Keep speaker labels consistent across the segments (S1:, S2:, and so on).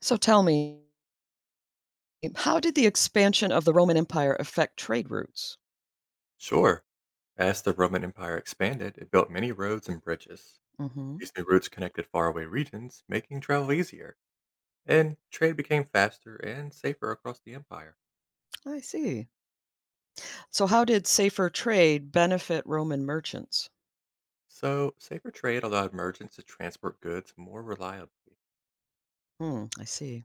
S1: So tell me, how did the expansion of the Roman Empire affect trade routes?
S2: Sure. As the Roman Empire expanded, it built many roads and bridges.
S1: Hmm.
S2: These new routes connected faraway regions, making travel easier, and trade became faster and safer across the empire.
S1: I see. So, how did safer trade benefit Roman merchants?
S2: So, safer trade allowed merchants to transport goods more reliably.
S1: Hmm, I see.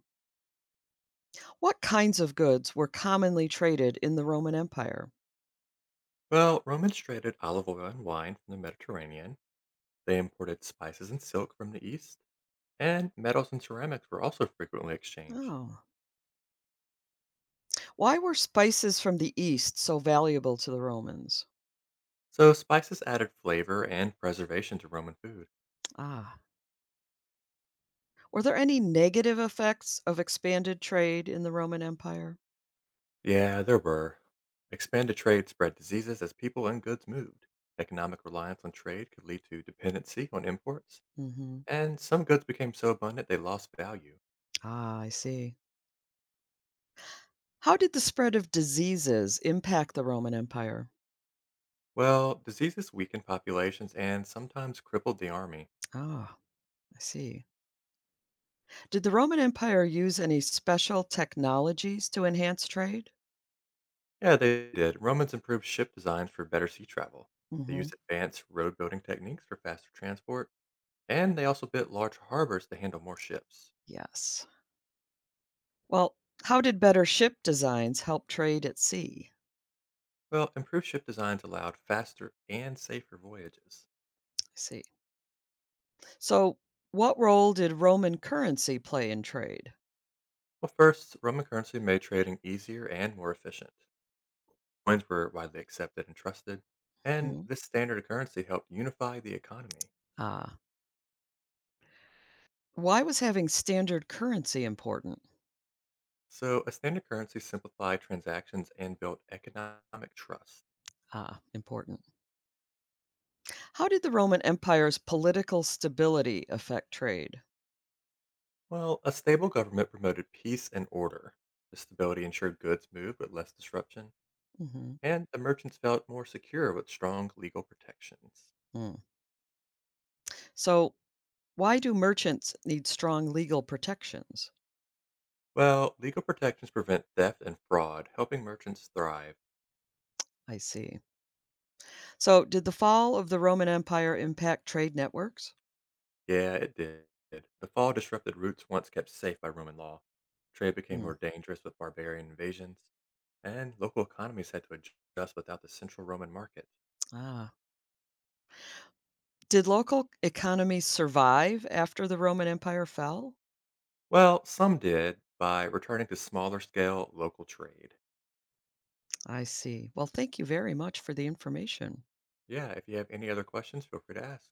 S1: What kinds of goods were commonly traded in the Roman Empire?
S2: Well, Romans traded olive oil and wine from the Mediterranean. They imported spices and silk from the east, and metals and ceramics were also frequently exchanged.
S1: Oh. Why were spices from the East so valuable to the Romans?
S2: So, spices added flavor and preservation to Roman food.
S1: Ah. Were there any negative effects of expanded trade in the Roman Empire?
S2: Yeah, there were. Expanded trade spread diseases as people and goods moved. Economic reliance on trade could lead to dependency on imports,
S1: Hmm.
S2: and some goods became so abundant they lost value.
S1: Ah, I see. How did the spread of diseases impact the Roman Empire?
S2: Well, diseases weakened populations and sometimes crippled the army.
S1: Ah, I see. Did the Roman Empire use any special technologies to enhance trade?
S2: Yeah, they did. Romans improved ship designs for better sea travel. They
S1: Hmm.
S2: used advanced road building techniques for faster transport, and they also built large harbors to handle more ships.
S1: Yes. Well, how did better ship designs help trade at sea?
S2: Well, improved ship designs allowed faster and safer voyages.
S1: I see. So, what role did Roman currency play in trade?
S2: Well, first, Roman currency made trading easier and more efficient. Coins were widely accepted and trusted, and
S1: Mhm.
S2: this standard currency helped unify the economy.
S1: Ah, why was having standard currency important?
S2: So, a standard currency simplified transactions and built economic trust.
S1: Ah, important. How did the Roman Empire's political stability affect trade?
S2: Well, a stable government promoted peace and order. The stability ensured goods moved with less disruption,
S1: Hmm.
S2: and the merchants felt more secure with strong legal protections.
S1: So, why do merchants need strong legal protections?
S2: Well, legal protections prevent theft and fraud, helping merchants thrive.
S1: I see. So, did the fall of the Roman Empire impact trade networks?
S2: Yeah, it did. The fall disrupted routes once kept safe by Roman law. Trade became
S1: Hmm.
S2: more dangerous with barbarian invasions, and local economies had to adjust without the central Roman market.
S1: Ah. Did local economies survive after the Roman Empire fell?
S2: Well, some did by returning to smaller scale local trade.
S1: I see. Well, thank you very much for the information.
S2: Yeah, if you have any other questions, feel free to ask.